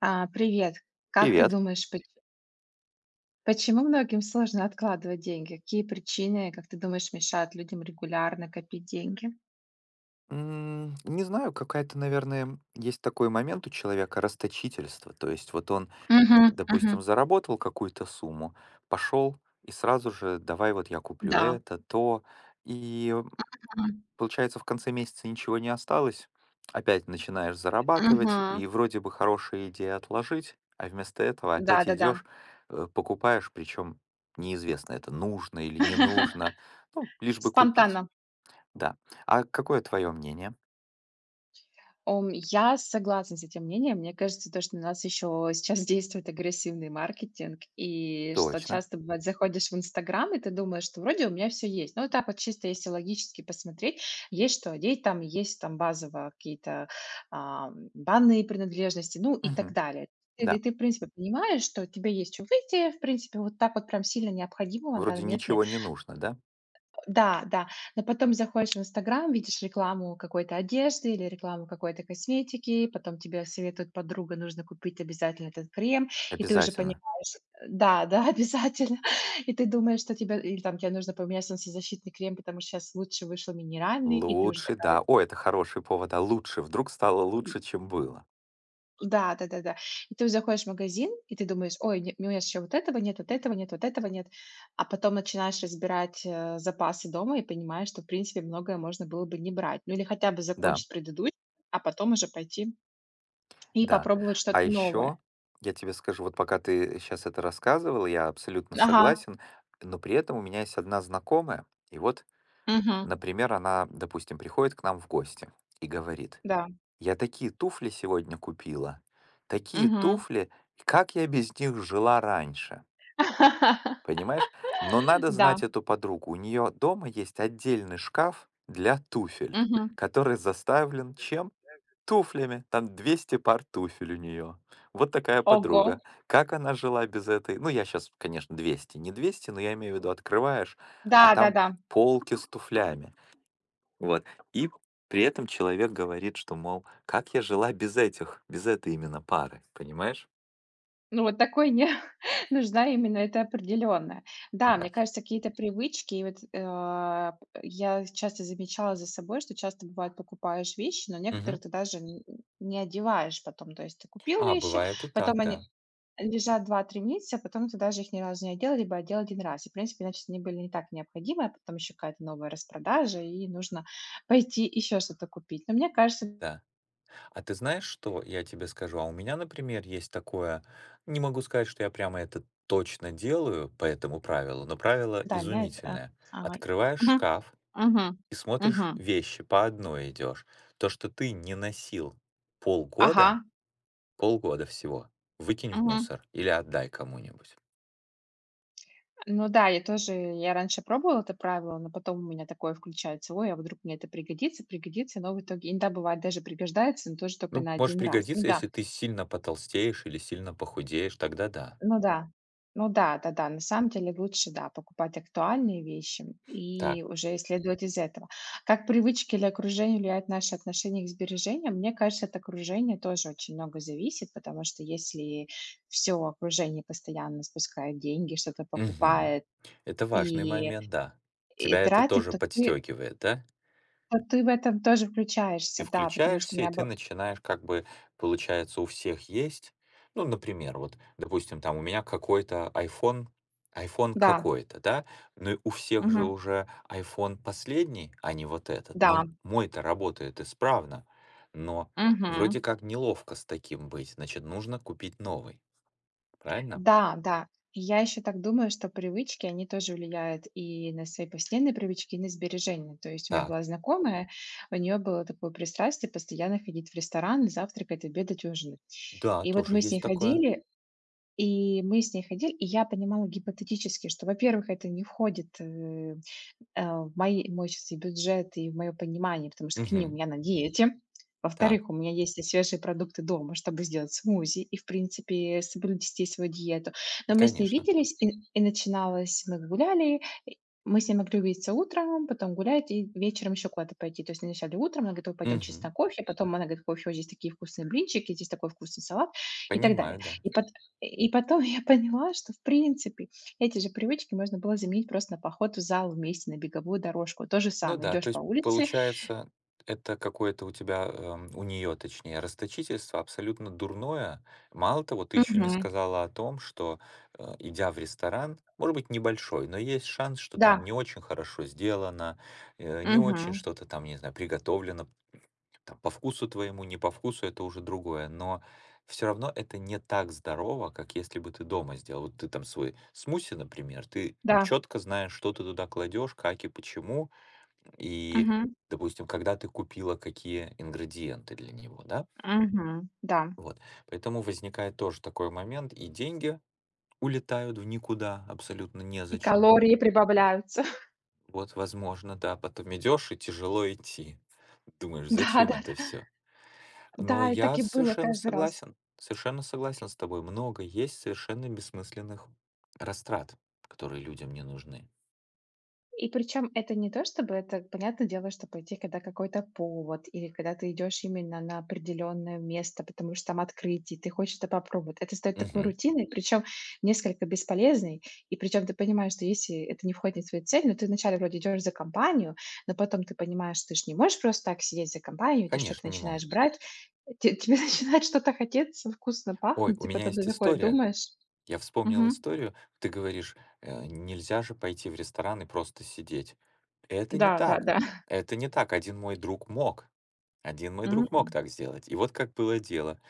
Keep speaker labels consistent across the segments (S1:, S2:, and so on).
S1: А, привет. Как ты
S2: Привет.
S1: думаешь, почему многим сложно откладывать деньги? Какие причины, как ты думаешь, мешают людям регулярно копить деньги?
S2: Не знаю, какая-то, наверное, есть такой момент у человека расточительство. То есть вот он,
S1: Мгм, мгм.
S2: допустим, заработал какую-то сумму, пошел и сразу же давай вот я куплю
S1: Да.
S2: это, то. И
S1: Мгм.
S2: получается, в конце месяца ничего не осталось. Опять начинаешь зарабатывать,
S1: Мгм.
S2: и вроде бы хорошая идея отложить, а вместо этого
S1: Да,
S2: опять
S1: да, да.
S2: идешь, покупаешь, причем неизвестно, это нужно или не нужно, ну, лишь бы купить.
S1: Спонтанно.
S2: Да. А какое твое мнение?
S1: Я согласна с этим мнением. Мне кажется, то, что у нас еще сейчас действует агрессивный маркетинг, и что
S2: Точно.
S1: часто бывает, заходишь в Инстаграм, и ты думаешь, что вроде у меня все есть. Ну, вот так вот чисто, если логически посмотреть, есть что одеть, там есть там базово какие-то банные принадлежности, ну и так
S2: Мгм.
S1: далее. И ты,
S2: Да.
S1: ты, в принципе, понимаешь, что тебе есть что выйти, в принципе, вот так вот прям сильно необходимого на данный
S2: Вроде
S1: момент нет.
S2: ничего не нужно, да?
S1: Да, да. Но потом заходишь в "Инстаграм", видишь рекламу какой-то одежды или рекламу какой-то косметики, потом тебе советует подруга, нужно купить обязательно этот крем, и ты уже понимаешь
S2: Обязательно.
S1: да, да, обязательно. И ты думаешь, что тебе или там тебе нужно поменять солнцезащитный крем, потому что сейчас лучше вышел минеральный, и ты уже
S2: Лучше,
S1: такая.
S2: да. О, это хороший повод, а лучше. Вдруг стало лучше, чем было.
S1: Да, да-да-да. И ты заходишь в магазин, и ты думаешь: "Ой, не у меня еще вот этого нет, вот этого нет, вот этого нет". А потом начинаешь разбирать, запасы дома и понимаешь, что, в принципе, многое можно было бы не брать. Ну или хотя бы
S2: Да,
S1: закончить предыдущий, а потом уже пойти и
S2: да.
S1: попробовать
S2: А
S1: что-то новое.
S2: еще я тебе скажу, вот пока ты сейчас это рассказывал, я абсолютно
S1: Ага,
S2: согласен, но при этом у меня есть одна знакомая, и вот,
S1: мгм,
S2: например, она, допустим, приходит к нам в гости и говорит,
S1: да,
S2: я такие туфли сегодня купила, такие
S1: мгм.
S2: туфли, как я без них жила раньше. Понимаешь? Но надо
S1: Да,
S2: знать эту подругу. У нее дома есть отдельный шкаф для туфель,
S1: мгм.
S2: который заставлен чем? Туфлями. Там 200 пар туфель у нее. Вот такая
S1: Ого.
S2: подруга. Как она жила без этой? Ну, я сейчас, конечно, 200, не 200, но я имею в виду, открываешь, а там
S1: Да-да-да.
S2: полки с туфлями. Вот. И при этом человек говорит, что, мол, как я жила без этих, без этой именно пары. Понимаешь?
S1: Ну, вот такой не нужна именно, это определённо. Да,
S2: Да.
S1: мне кажется, какие-то привычки, и вот, я часто замечала за собой, что часто бывает покупаешь вещи, но некоторые
S2: Мгм.
S1: ты даже н не одеваешь потом. То есть ты купил
S2: А,
S1: вещи,
S2: бывает и
S1: потом
S2: так,
S1: они
S2: да.
S1: лежат 2-3 месяца, а потом ты даже их ни разу не одел, либо одел один раз. И, в принципе, значит, они были не так необходимы, а потом еще какая-то новая распродажа, и нужно пойти еще что-то купить. Но мне кажется,
S2: Да. А ты знаешь что? Я тебе скажу. А у меня, например, есть такое, не могу сказать, что я прямо это точно делаю по этому правилу, но правило
S1: да, меня это,
S2: изумительное.
S1: а
S2: Открываешь
S1: мгм,
S2: шкаф
S1: мгм,
S2: и смотришь
S1: мгм.
S2: вещи, по одной идешь. То, что ты не носил полгода,
S1: Ага.
S2: полгода всего, выкинь в
S1: Мгм.
S2: мусор или отдай кому-нибудь.
S1: Ну да, я тоже, я раньше пробовала это правило, но потом у меня такое включается, ой, а вдруг мне это пригодится, пригодится, но в итоге иногда бывает даже пригождается, но тоже только
S2: Ну,
S1: на
S2: может
S1: один раз. Ну
S2: пригодиться,
S1: да,
S2: если ты сильно потолстеешь или сильно похудеешь, тогда да.
S1: ну да, ну да, да, да, на самом деле лучше, да, покупать актуальные вещи
S2: Так,
S1: и уже исследовать из этого. Как привычки или окружение влияют на наши отношения к сбережениям, мне кажется, от окружения тоже очень много зависит, потому что если все окружение постоянно спускает деньги, что-то
S2: мгм.
S1: покупает,
S2: Это важный
S1: и
S2: момент, да. Тебя
S1: И
S2: это
S1: тратит,
S2: тоже
S1: то ты
S2: подстегивает, да?
S1: то ты в этом тоже
S2: Ты
S1: включаешься, да, потому что у
S2: включаешься, и
S1: меня
S2: ты
S1: был
S2: начинаешь, как бы, получается, у всех есть. Ну, например, вот, допустим, там у меня какой-то iPhone, iPhone
S1: да,
S2: какой-то, да, но и у всех же
S1: мгм,
S2: уже iPhone последний, а не вот этот.
S1: да,
S2: Но мой-то работает исправно, но вроде
S1: мгм,
S2: как неловко с таким быть, значит, нужно купить новый, правильно?
S1: да, да. И я еще так думаю, что привычки, они тоже влияют и на свои постоянные привычки, и на сбережения. То есть у меня
S2: Так,
S1: была знакомая, у нее было такое пристрастие постоянно ходить в ресторан, завтракать, обедать, ужинать.
S2: да,
S1: И вот
S2: тоже
S1: мы с ней
S2: есть такое.
S1: ходили, и мы с ней ходили, и я понимала гипотетически, что, во-первых, это не входит, в мои мой щас и бюджет, и в мое понимание, потому что, к минимум,
S2: Мгм.
S1: я на диете.
S2: Так,
S1: Во-вторых, у меня есть и свежие продукты дома, чтобы сделать смузи и, в принципе, соблюсти свою диету. Но мы с ней
S2: конечно.
S1: виделись, и начиналось мы гуляли, и мы с ней могли увидеться утром, потом гулять и вечером еще куда-то пойти. То есть вначале утром, она говорит: пойдем чисто
S2: Мгм.
S1: на кофе". Потом она говорит: "Кофе, ой, здесь такие вкусные блинчики, здесь такой вкусный салат", и так далее.
S2: Понимаю, да.
S1: И пот и потом я поняла, что, в принципе, эти же привычки можно было заменить просто на поход в зал вместе, на беговую дорожку. То же
S2: Ну
S1: самое,
S2: да, то
S1: идешь по
S2: есть
S1: улице.
S2: получается, это какое-то у тебя, у нее, точнее, расточительство абсолютно дурное. Мало того, ты еще не
S1: Мгм.
S2: сказала о том, что, идя в ресторан, может быть, небольшой, но есть шанс, что там
S1: Да,
S2: не очень хорошо сделано, не очень
S1: мгм,
S2: что-то там, не знаю, приготовлено, там, по вкусу твоему, не по вкусу, это уже другое, но все равно это не так здорово, как если бы ты дома сделал. Вот ты там свой смуси, например, ты
S1: да,
S2: четко знаешь, что ты туда кладешь, как и почему, и,
S1: мгм,
S2: допустим, когда ты купила какие ингредиенты для него, да?
S1: мгм, да.
S2: Вот. Поэтому возникает тоже такой момент, и деньги улетают в никуда, абсолютно
S1: И
S2: незачем.
S1: калории прибавляются.
S2: Вот, возможно, да, потом идешь и тяжело идти. Думаешь, зачем
S1: Да-да-да. Да,
S2: это
S1: да.
S2: все?
S1: Да,
S2: Но
S1: и так
S2: я
S1: и было каждый раз.
S2: совершенно согласен с тобой. Много есть совершенно бессмысленных растрат, которые людям не нужны.
S1: И причем это не то, чтобы это, понятное дело, что пойти, когда какой-то повод или когда ты идешь именно на определенное место, потому что там открытие, ты хочешь это попробовать. Это стает такой
S2: Мгм.
S1: рутиной, причем несколько бесполезной. И причем ты понимаешь, что если это не входит в твою цель, но ты вначале вроде идешь за компанию, но потом ты понимаешь, что ты же не можешь просто так сидеть за компанию, ты что-то
S2: Конечно, не
S1: начинаешь
S2: можешь.
S1: брать, тебе начинает что-то хотеться, вкусно
S2: Ой,
S1: пахнуть,
S2: у
S1: типа
S2: меня
S1: там ты
S2: есть
S1: такой
S2: история.
S1: думаешь.
S2: Я вспомнил
S1: Мгм.
S2: историю, ты говоришь, нельзя же пойти в ресторан и просто сидеть. Это не
S1: Да, да,
S2: так.
S1: да.
S2: Это не так. Один мой друг мог. Один мой друг мог
S1: Мгм.
S2: так сделать. И вот как было дело.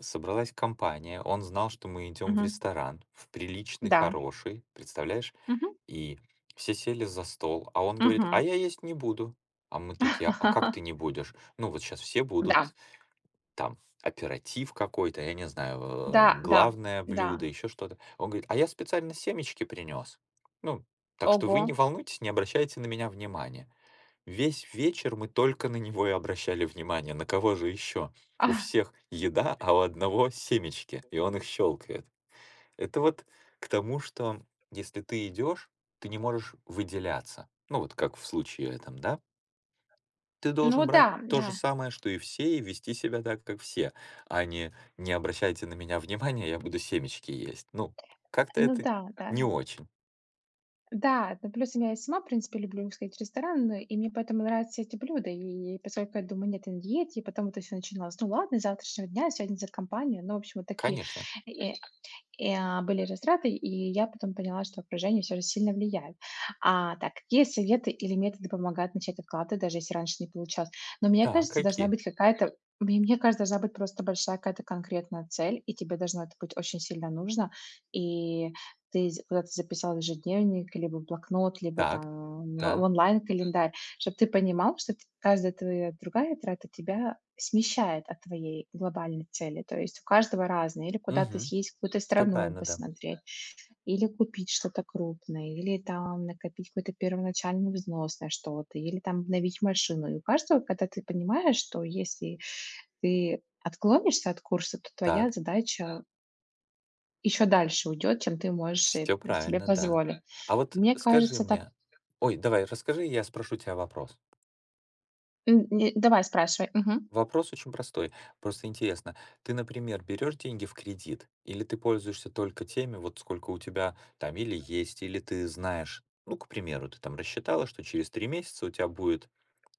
S2: Собралась компания, он знал, что мы идем в
S1: Мгм.
S2: ресторан, в приличный,
S1: Да.
S2: хороший, представляешь? И все сели за стол, а он говорит, а
S1: Мгм.
S2: я есть не буду. А мы такие, а как ты не будешь? Ну вот сейчас все
S1: Да,
S2: будут, там оператив какой-то, я не знаю,
S1: да, да,
S2: главное
S1: да.
S2: блюдо, еще что-то. Он говорит, а я специально семечки принес. Ну, так что
S1: Ого.
S2: вы не волнуйтесь, не обращайте на меня внимания. Весь вечер мы только на него и обращали внимание. На кого же еще? У
S1: А,
S2: всех еда, а у одного семечки, и он их щелкает. Это вот к тому, что если ты идешь, ты не можешь выделяться. Ну, вот как в случае этом, да? Ты
S1: ну
S2: должен брать
S1: да,
S2: то же
S1: да,
S2: самое, что и все, и вести себя так, как все, а не не обращайте на меня внимания, я буду семечки есть. Ну, как-то
S1: ну
S2: это
S1: да, да.
S2: не очень.
S1: Да, ну плюс я и сама, в принципе, люблю сходить в ресторан, и мне поэтому нравятся эти блюда. И поскольку я думаю, нет, я на диете, и потом вот это все начиналось. Ну ладно, с завтрашнего дня, сегодня за компанию. Ну, в общем, вот такие,
S2: Конечно.
S1: э и, были разряды, и я потом поняла, что окружение все же сильно влияет. Так, какие советы или методы помогают начать откладывать, даже если раньше не получалось? Но мне
S2: Так,
S1: кажется, должна
S2: какие?
S1: быть какая-то мне кажется, должна быть просто большая какая-то конкретная цель, и тебе должно это быть очень сильно нужно. И ты з куда-то записал ежедневник, либо в блокнот, либо
S2: Так,
S1: там в да,
S2: да.
S1: онлайн-календарь. Чтобы ты понимал, что т каждая твоя другая трата тебя смещает от твоей глобальной цели. То есть у каждого разное. Или куда-то
S2: Угу.
S1: съездить, в какую-то
S2: Все
S1: страну
S2: правильно, да.
S1: посмотреть, или купить что-то крупное, или там накопить какой-то первоначальный взнос на что-то, или там обновить машину. И у каждого, когда ты понимаешь, что если ты отклонишься от курса, то твоя
S2: Так,
S1: задача еще дальше уйдет, чем ты можешь и
S2: все
S1: себе
S2: правильно, да.
S1: позволить.
S2: А вот
S1: Мне
S2: скажи
S1: кажется, так.
S2: мне. Ой, давай расскажи, я спрошу тебя вопрос.
S1: Не давай, спрашивай.
S2: Вопрос очень простой. Просто интересно, ты, например, берешь деньги в кредит, или ты пользуешься только теми, вот сколько у тебя там или есть, или ты знаешь, ну, к примеру, ты там рассчитала, что через 3 месяца у тебя будет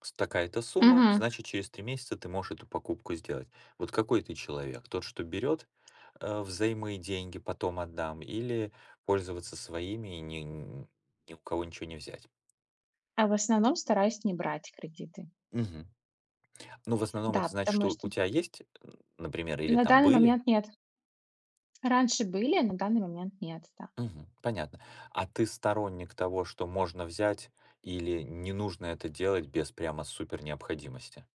S2: такая-то сумма,
S1: Мгм.
S2: значит, через 3 месяца ты можешь эту покупку сделать. Вот какой ты человек? Тот, что берет взаймы деньги, потом отдам, или пользоваться своими и ни у кого ничего не взять?
S1: А в основном стараюсь не брать кредиты.
S2: Мгм. Ну, в основном это
S1: Да,
S2: значит,
S1: потому
S2: что
S1: что
S2: у тебя есть, например, или
S1: на
S2: там
S1: данный
S2: были.
S1: момент нет. Раньше были, на данный момент нет, да.
S2: Мгм. Понятно. А ты сторонник того, что можно взять, или не нужно это делать без прямо супер необходимости?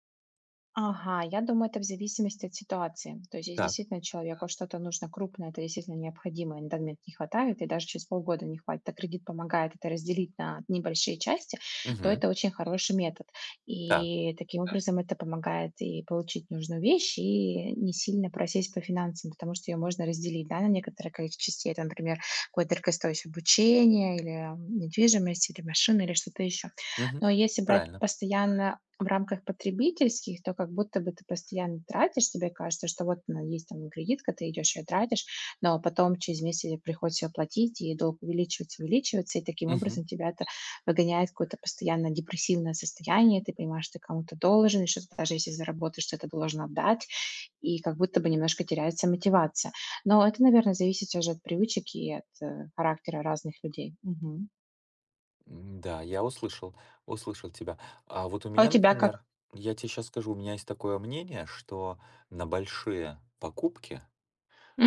S1: Ага, я думаю, это в зависимости от ситуации. То есть, если
S2: Так.
S1: действительно человеку что-то нужно крупное, это действительно необходимо, и на данный момент не хватает, и даже через полгода не хватит, а кредит помогает это разделить на небольшие части, то
S2: Мгм.
S1: это очень хороший метод.
S2: Так.
S1: И таким да, образом это помогает и получить нужную вещь, и не сильно просесть по финансам, потому что ее можно разделить да, на некоторое количество частей. Это, например, какое-то дорогостоящее обучение, или недвижимость, или машина, или что-то еще.
S2: Мгм.
S1: Но если брать
S2: Правильно.
S1: постоянно в рамках потребительских, то как будто бы ты постоянно тратишь, тебе кажется, что вот она есть там кредитка, ты идешь ее тратишь, но потом через месяц приходится ее платить, и долг увеличивается, увеличивается, и таким
S2: Мгм.
S1: образом тебя это выгоняет в какое-то постоянно депрессивное состояние, ты понимаешь, что ты кому-то должен, и что даже если заработаешь, что ты должен отдать, и как будто бы немножко теряется мотивация. Но это, наверное, зависит уже от привычек и от характера разных людей. Мгм.
S2: М-да, я услышал тебя. А вот у
S1: А у
S2: меня,
S1: тебя как?
S2: например, я тебе сейчас скажу, у меня есть такое мнение, что на большие покупки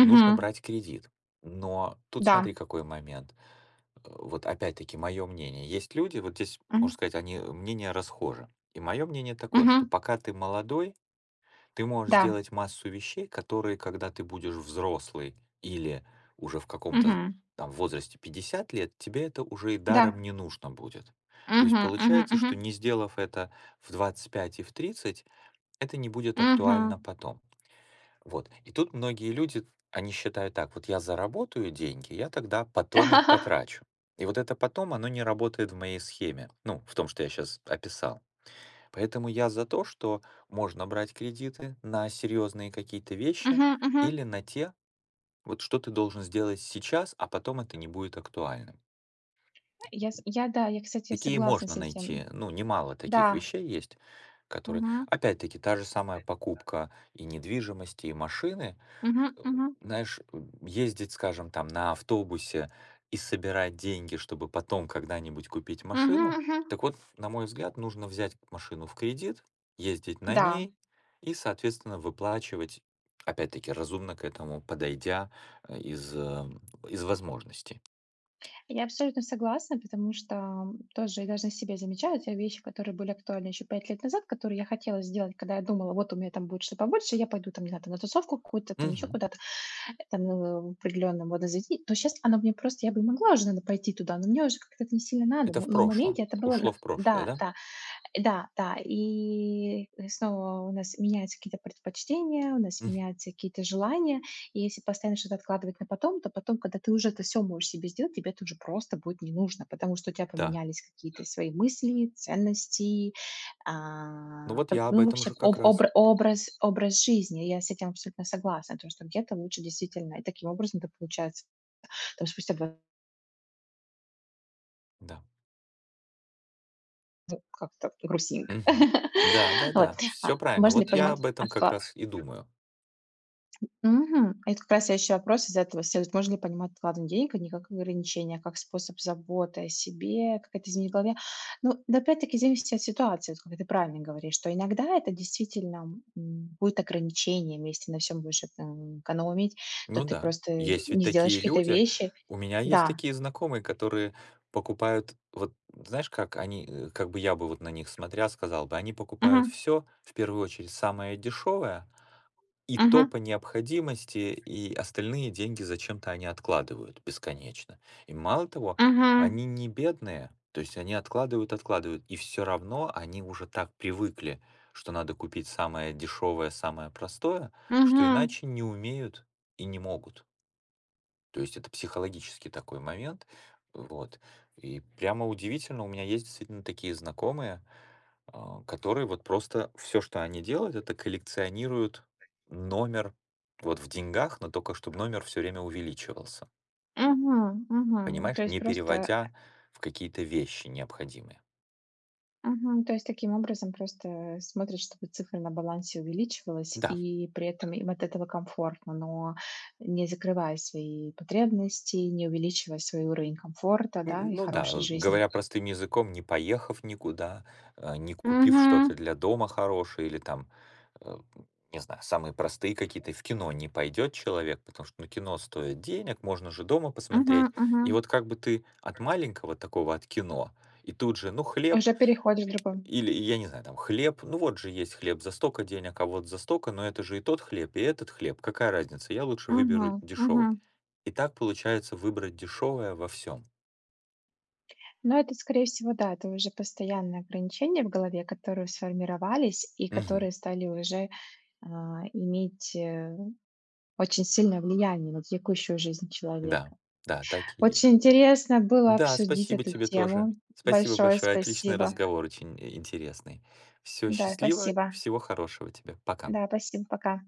S2: нужно брать кредит. Но тут
S1: Да.
S2: смотри, какой момент. Вот опять-таки мое мнение. Есть люди, вот здесь,
S1: Мгм.
S2: можно сказать, они мнения расхожи. И мое мнение такое, что
S1: Мгм.
S2: пока ты молодой, ты можешь
S1: Да.
S2: сделать массу вещей, которые, когда ты будешь взрослый или уже в каком-то
S1: Мгм.
S2: там возрасте 50 лет, тебе это уже и
S1: Да.
S2: даром не нужно будет. То есть
S1: Мгм,
S2: получается, что
S1: мгм,
S2: не сделав это в 25 и в 30, это не будет
S1: мгм,
S2: актуально
S1: мгм.
S2: потом. Вот. И тут многие люди, они считают так, вот я заработаю деньги, я тогда потом их потрачу. И вот это потом, оно не работает в моей схеме, ну, в том, что я сейчас описал. Поэтому я за то, что можно брать кредиты на серьезные какие-то вещи
S1: Мгм, мгм.
S2: или на те, вот что ты должен сделать сейчас, а потом это не будет актуальным.
S1: Да, я, кстати,
S2: Такие
S1: согласна с
S2: можно
S1: этим.
S2: найти, ну, немало таких
S1: Да.
S2: вещей есть, которые,
S1: Мгм,
S2: опять-таки, та же самая покупка и недвижимости, и машины.
S1: мгм, мгм,
S2: Знаешь, ездить, скажем, там на автобусе и собирать деньги, чтобы потом когда-нибудь купить
S1: мгм,
S2: машину.
S1: мгм.
S2: Так вот, на мой взгляд, нужно взять машину в кредит, ездить на
S1: Да,
S2: ней и, соответственно, выплачивать, опять-таки, разумно к этому подойдя э, из, э, из возможностей.
S1: я абсолютно согласна, потому что, тоже я даже на себе замечаю те вещи, которые были актуальны еще 5 лет назад, которые я хотела сделать, когда я думала: "Вот у меня там будет что побольше, я пойду там, не знаю, там на тусовку какую-то, там еще
S2: Мгм.
S1: куда-то, там, в определенное водное заведение". Но щас оно мне просто я бы могла уже, наверно, пойти туда, но мне уже как-то это не сильно надо.
S2: Это в
S1: Но в
S2: прошлом.
S1: моменте это было
S2: Ушло
S1: на
S2: в прошлое,
S1: да,
S2: да?
S1: да. Да, да, и снова у нас меняются какие-то предпочтения, у нас
S2: Мгм.
S1: меняются какие-то желания. И если постоянно что-то откладывать на потом, то потом, когда ты уже это все можешь себе сделать, тебе это уже просто будет не нужно, потому что у тебя
S2: Да.
S1: поменялись какие-то свои мысли, ценности,
S2: Ну
S1: а,
S2: вот
S1: п-
S2: я об
S1: ну
S2: этом
S1: вообще
S2: же как
S1: об-
S2: раз.
S1: обра- образ, образ жизни. Я с этим абсолютно согласна, потому что где-то лучше действительно. И таким образом это получается там спустя 20
S2: Да.
S1: ну, как-то грустненько.
S2: Мгм. Да, да,
S1: Вот.
S2: да.
S1: А,
S2: Все правильно.
S1: Можно ли да,
S2: Вот я
S1: понимать.
S2: об этом как раз и думаю.
S1: Мгм. Это как раз следующий вопрос из этого следует. Можно ли понимать откладывание денег а не как ограничение, а как способ заботы о себе, как это изменить в голове? Ну, да, опять-таки, зависит от ситуации, вот как ты правильно говоришь, что иногда это действительно будет ограничением, если на всем будешь экономить, то
S2: Ну
S1: ты
S2: да,
S1: просто
S2: есть ведь
S1: не сделаешь
S2: такие
S1: какие-то
S2: люди.
S1: вещи.
S2: У меня есть
S1: Да.
S2: такие знакомые, которые покупают, вот знаешь, как они, как бы я бы вот на них смотря сказал бы, они покупают
S1: Мгм.
S2: все, в первую очередь, самое дешевое, и то
S1: Мгм.
S2: по необходимости, и остальные деньги зачем-то они откладывают бесконечно. И мало того,
S1: Мгм.
S2: они не бедные, то есть они откладывают, откладывают, и все равно они уже так привыкли, что надо купить самое дешевое, самое простое, что
S1: Мгм.
S2: иначе не умеют и не могут. То есть это психологический такой момент. Вот. И прямо удивительно, у меня есть действительно такие знакомые, которые вот просто все, что они делают, это коллекционируют номер вот в деньгах, но только чтобы номер все время увеличивался.
S1: Мгм. Мгм. То
S2: Понимаешь,
S1: есть
S2: не
S1: просто.
S2: переводя в какие-то вещи необходимые.
S1: Мгм. То есть таким образом просто смотрят, чтобы цифра на балансе увеличивалась,
S2: Да,
S1: и при этом им от этого комфортно, но не закрывая свои потребности, не увеличивая свой уровень комфорта, да, и
S2: ну да,
S1: хорошей жизни.
S2: говоря простым языком, не поехав никуда, не купив что-то
S1: Мгм.
S2: для дома хорошее или там, э, не знаю, самые простые какие-то. В кино не пойдет человек, потому что, ну, кино стоит денег, можно же дома
S1: Мгм.
S2: посмотреть.
S1: Мгм.
S2: И вот как бы ты от маленького такого, от кино, и тут же, ну, хлеб
S1: Уже переходишь в другой.
S2: или, я не знаю, там, хлеб, ну, вот же есть хлеб за столько денег, а вот за столько, но это же и тот хлеб, и этот хлеб, какая разница, я лучше выберу
S1: Мгм.
S2: дешевый.
S1: Мгм.
S2: И так получается выбрать дешевое во всем.
S1: Но это, скорее всего, да, это уже постоянные ограничения в голове, которые сформировались и которые стали уже иметь очень сильное влияние на текущую жизнь
S2: Да,
S1: человека.
S2: да, так и есть.
S1: Очень интересно было
S2: Да,
S1: обсудить
S2: спасибо
S1: эту
S2: тебе тоже.
S1: тему.
S2: Спасибо
S1: Большое
S2: большое. Отличный
S1: спасибо.
S2: разговор, очень интересный. Всё,
S1: Да,
S2: счастливо,
S1: спасибо.
S2: всего хорошего тебе. Пока.
S1: Да, спасибо. Пока.